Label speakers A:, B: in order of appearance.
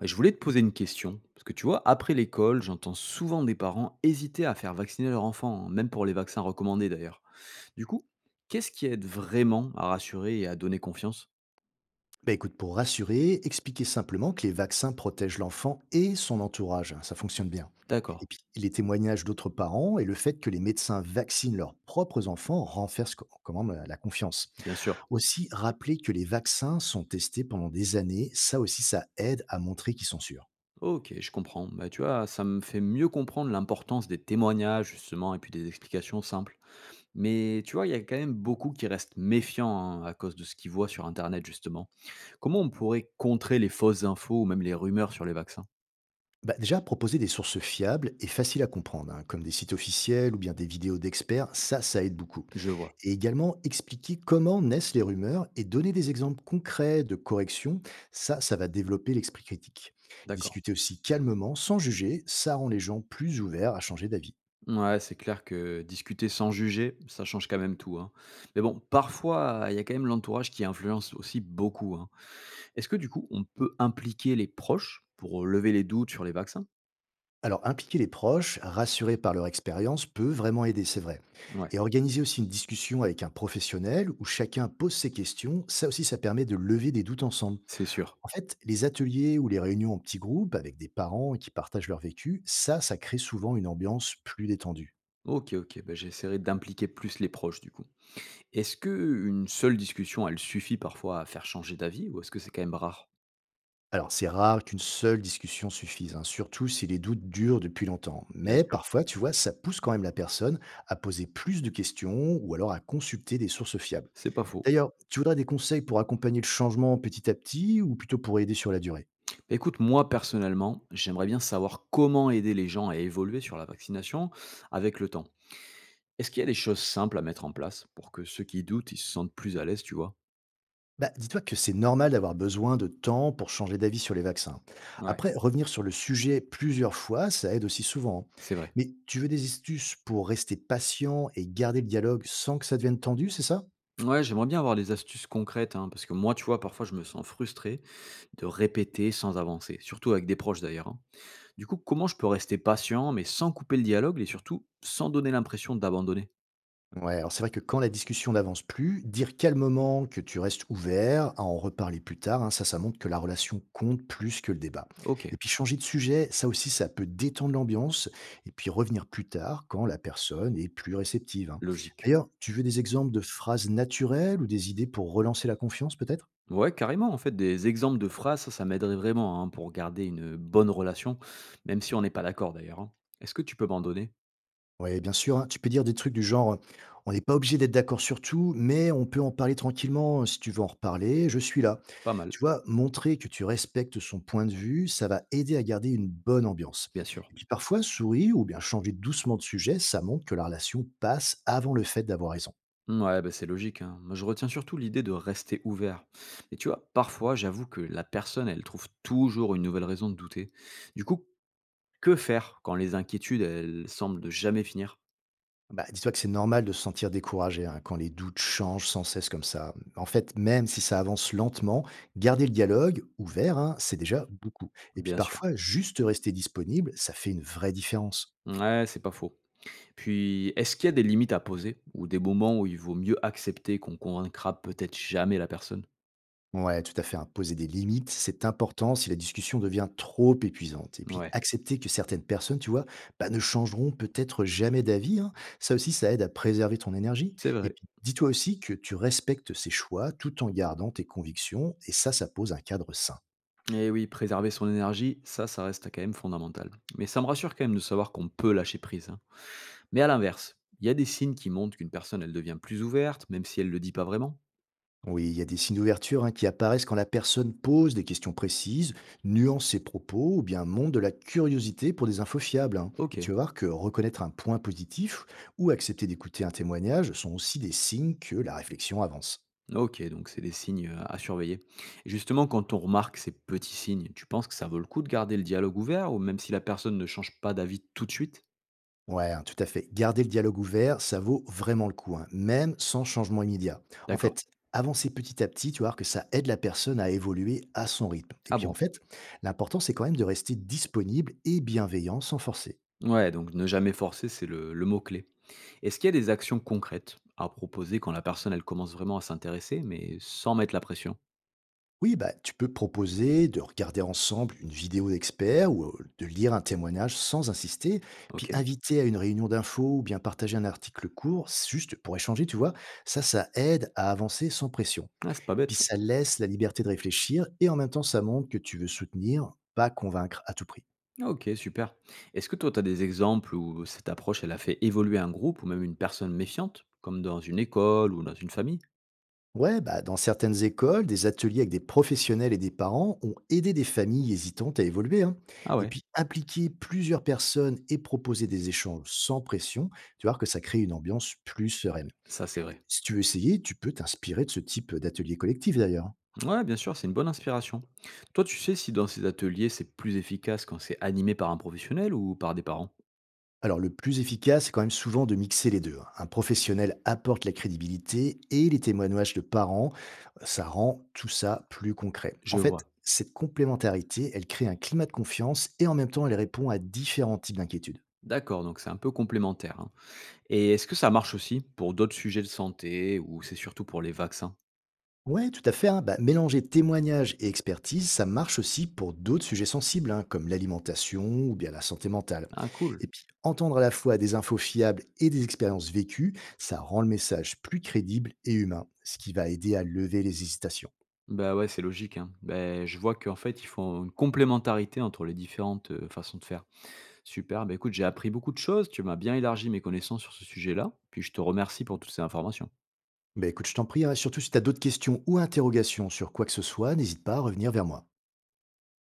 A: Je voulais te poser une question, parce que tu vois, après l'école, j'entends souvent des parents hésiter à faire vacciner leur enfant, hein, même pour les vaccins recommandés d'ailleurs. Du coup, qu'est-ce qui aide vraiment à rassurer et à donner confiance?
B: Bah écoute, pour rassurer, expliquer simplement que les vaccins protègent l'enfant et son entourage, hein, ça fonctionne bien. Et
A: D'accord,
B: puis, les témoignages d'autres parents et le fait que les médecins vaccinent leurs propres enfants renforce quand même la confiance.
A: bien sûr.
B: Aussi, rappeler que les vaccins sont testés pendant des années, ça aussi, ça aide à montrer qu'ils sont sûrs.
A: Ok, je comprends. Bah, tu vois, ça me fait mieux comprendre l'importance des témoignages, justement, et puis des explications simples. Mais tu vois, il y a quand même beaucoup qui restent méfiants hein, à cause de ce qu'ils voient sur Internet, justement. Comment on pourrait contrer les fausses infos ou même les rumeurs sur les vaccins?
B: Bah, déjà, proposer des sources fiables et faciles à comprendre, hein, comme des sites officiels ou bien des vidéos d'experts, ça aide beaucoup.
A: Je vois,
B: Et également, expliquer comment naissent les rumeurs et donner des exemples concrets de corrections, ça va développer l'esprit critique.
A: d'accord.
B: Discuter aussi calmement, sans juger, ça rend les gens plus ouverts à changer d'avis.
A: Ouais, c'est clair que discuter sans juger, ça change quand même tout, hein. Mais bon, parfois, il y a quand même l'entourage qui influence aussi beaucoup, hein. Est-ce que du coup, on peut impliquer les proches pour lever les doutes sur les vaccins?
B: Alors, impliquer les proches, rassurés par leur expérience, peut vraiment aider, c'est vrai.
A: Ouais,
B: Et organiser aussi une discussion avec un professionnel où chacun pose ses questions, ça aussi, ça permet de lever des doutes ensemble.
A: c'est sûr.
B: En fait, les ateliers ou les réunions en petits groupes avec des parents qui partagent leur vécu, ça crée souvent une ambiance plus détendue.
A: Ok, ok, Ben j'essaierai d'impliquer plus les proches du coup. Est-ce que une seule discussion, elle suffit parfois à faire changer d'avis ou est-ce que c'est quand même rare?
B: Alors, c'est rare qu'une seule discussion suffise, hein, surtout si les doutes durent depuis longtemps.
A: Bien
B: Mais
A: sûr,
B: parfois, tu vois, ça pousse quand même la personne à poser plus de questions ou alors à consulter des sources fiables.
A: c'est pas faux.
B: D'ailleurs, tu voudrais des conseils pour accompagner le changement petit à petit ou plutôt pour aider sur la durée?
A: Bah, écoute, moi personnellement, j'aimerais bien savoir comment aider les gens à évoluer sur la vaccination avec le temps. Est-ce qu'il y a des choses simples à mettre en place pour que ceux qui doutent, ils se sentent plus à l'aise, tu vois?
B: Bah, dis-toi que c'est normal d'avoir besoin de temps pour changer d'avis sur les vaccins.
A: Ouais,
B: Après, revenir sur le sujet plusieurs fois, ça aide aussi souvent, hein.
A: c'est vrai.
B: Mais tu veux des astuces pour rester patient et garder le dialogue sans que ça devienne tendu, c'est ça?
A: Ouais, j'aimerais bien avoir des astuces concrètes, hein, parce que moi, tu vois, parfois, je me sens frustré de répéter sans avancer, surtout avec des proches d'ailleurs, hein. Du coup, comment je peux rester patient, mais sans couper le dialogue et surtout sans donner l'impression d'abandonner?
B: Ouais, alors c'est vrai que quand la discussion n'avance plus, dire calmement que tu restes ouvert à en reparler plus tard, hein, ça montre que la relation compte plus que le débat.
A: Ok,
B: Et puis changer de sujet, ça aussi, ça peut détendre l'ambiance et puis revenir plus tard quand la personne est plus réceptive, hein.
A: logique.
B: D'ailleurs, tu veux des exemples de phrases naturelles ou des idées pour relancer la confiance peut-être?
A: Ouais, carrément, en fait, des exemples de phrases, ça m'aiderait vraiment hein, pour garder une bonne relation, même si on n'est pas d'accord d'ailleurs, hein. Est-ce que tu peux m'en donner?
B: Ouais, bien sûr, hein. Tu peux dire des trucs du genre, «On n'est pas obligé d'être d'accord sur tout, mais on peut en parler tranquillement, si tu veux en reparler, je suis là».
A: Pas mal,
B: Tu vois? Montrer que tu respectes son point de vue, ça va aider à garder une bonne ambiance.
A: bien sûr.
B: Et puis parfois, sourire ou bien changer doucement de sujet, ça montre que la relation passe avant le fait d'avoir raison.
A: Ouais, bah, c'est logique. Hein. Moi, je retiens surtout l'idée de rester ouvert. Et tu vois, parfois, j'avoue que la personne, elle trouve toujours une nouvelle raison de douter. Du coup, que faire quand les inquiétudes, elles semblent de jamais finir?
B: Bah, dis-toi que c'est normal de se sentir découragé, hein, quand les doutes changent sans cesse comme ça. En fait, même si ça avance lentement, garder le dialogue ouvert, hein, c'est déjà beaucoup. Et puis
A: Bien sûr.
B: parfois, juste rester disponible, ça fait une vraie différence.
A: Ouais, c'est pas faux. Puis, est-ce qu'il y a des limites à poser ou des moments où il vaut mieux accepter qu'on convaincra peut-être jamais la personne?
B: Ouais, tout à fait, hein. Poser des limites, c'est important si la discussion devient trop épuisante. Et puis
A: Ouais,
B: accepter que certaines personnes, tu vois, bah, ne changeront peut-être jamais d'avis, hein. Ça aussi, ça aide à préserver ton énergie.
A: c'est
B: Et
A: vrai.
B: puis dis-toi aussi que tu respectes ses choix tout en gardant tes convictions. Et ça pose un cadre sain.
A: Et oui, préserver son énergie, ça reste quand même fondamental. Mais ça me rassure quand même de savoir qu'on peut lâcher prise. Hein. Mais à l'inverse, il y a des signes qui montrent qu'une personne, elle devient plus ouverte, même si elle ne le dit pas vraiment?
B: Oui, il y a des signes d'ouverture, hein, qui apparaissent quand la personne pose des questions précises, nuance ses propos ou bien montre de la curiosité pour des infos fiables, hein.
A: Ok,
B: Et tu vas voir que reconnaître un point positif ou accepter d'écouter un témoignage sont aussi des signes que la réflexion avance.
A: ok, donc c'est des signes à surveiller. Et justement, quand on remarque ces petits signes, tu penses que ça vaut le coup de garder le dialogue ouvert, ou même si la personne ne change pas d'avis tout de suite?
B: Ouais, hein, tout à fait. Garder le dialogue ouvert, ça vaut vraiment le coup, hein, même sans changement immédiat. En
A: D'accord.
B: fait, avancer petit à petit, tu vas voir que ça aide la personne à évoluer à son rythme. Et
A: Ah
B: puis en
A: bon?
B: fait, l'important, c'est quand même de rester disponible et bienveillant sans forcer.
A: Ouais, donc ne jamais forcer, c'est le mot-clé. Est-ce qu'il y a des actions concrètes à proposer quand la personne, elle commence vraiment à s'intéresser, mais sans mettre la pression?
B: Oui, bah, tu peux proposer de regarder ensemble une vidéo d'expert ou de lire un témoignage sans insister, puis
A: Ok.
B: inviter à une réunion d'infos ou bien partager un article court, c'est juste pour échanger, tu vois. Ça aide à avancer sans pression.
A: Ah, c'est pas
B: Et
A: bête
B: puis
A: ça.
B: ça laisse la liberté de réfléchir et en même temps, ça montre que tu veux soutenir, pas convaincre à tout prix.
A: OK, super. Est-ce que toi, tu as des exemples où cette approche, elle a fait évoluer un groupe ou même une personne méfiante, comme dans une école ou dans une famille?
B: Ouais, bah, dans certaines écoles, des ateliers avec des professionnels et des parents ont aidé des familles hésitantes à évoluer, hein.
A: Ah
B: Et
A: ouais,
B: puis, impliquer plusieurs personnes et proposer des échanges sans pression, tu vois que ça crée une ambiance plus sereine.
A: ça c'est vrai.
B: Si tu veux essayer, tu peux t'inspirer de ce type d'atelier collectif d'ailleurs.
A: Ouais, bien sûr, c'est une bonne inspiration. Toi, tu sais si dans ces ateliers, c'est plus efficace quand c'est animé par un professionnel ou par des parents?
B: Alors, le plus efficace, c'est quand même souvent de mixer les deux, hein. Un professionnel apporte la crédibilité et les témoignages de parents, ça rend tout ça plus concret. En
A: Je
B: fait,
A: vois.
B: cette complémentarité, elle crée un climat de confiance et en même temps, elle répond à différents types d'inquiétudes.
A: D'accord, donc c'est un peu complémentaire, hein. Et est-ce que ça marche aussi pour d'autres sujets de santé ou c'est surtout pour les vaccins?
B: Ouais, tout à fait, hein. Bah, mélanger témoignages et expertise, ça marche aussi pour d'autres sujets sensibles, hein, comme l'alimentation ou bien la santé mentale.
A: Ah cool.
B: Et puis, entendre à la fois des infos fiables et des expériences vécues, ça rend le message plus crédible et humain, ce qui va aider à lever les hésitations.
A: Bah ouais, c'est logique, hein. Ben, je vois qu'en fait, ils font une complémentarité entre les différentes façons de faire. Super, bah écoute, j'ai appris beaucoup de choses, tu m'as bien élargi mes connaissances sur ce sujet-là, puis je te remercie pour toutes ces informations.
B: Bah, écoute, je t'en prie, hein, surtout si tu as d'autres questions ou interrogations sur quoi que ce soit, n'hésite pas à revenir vers moi.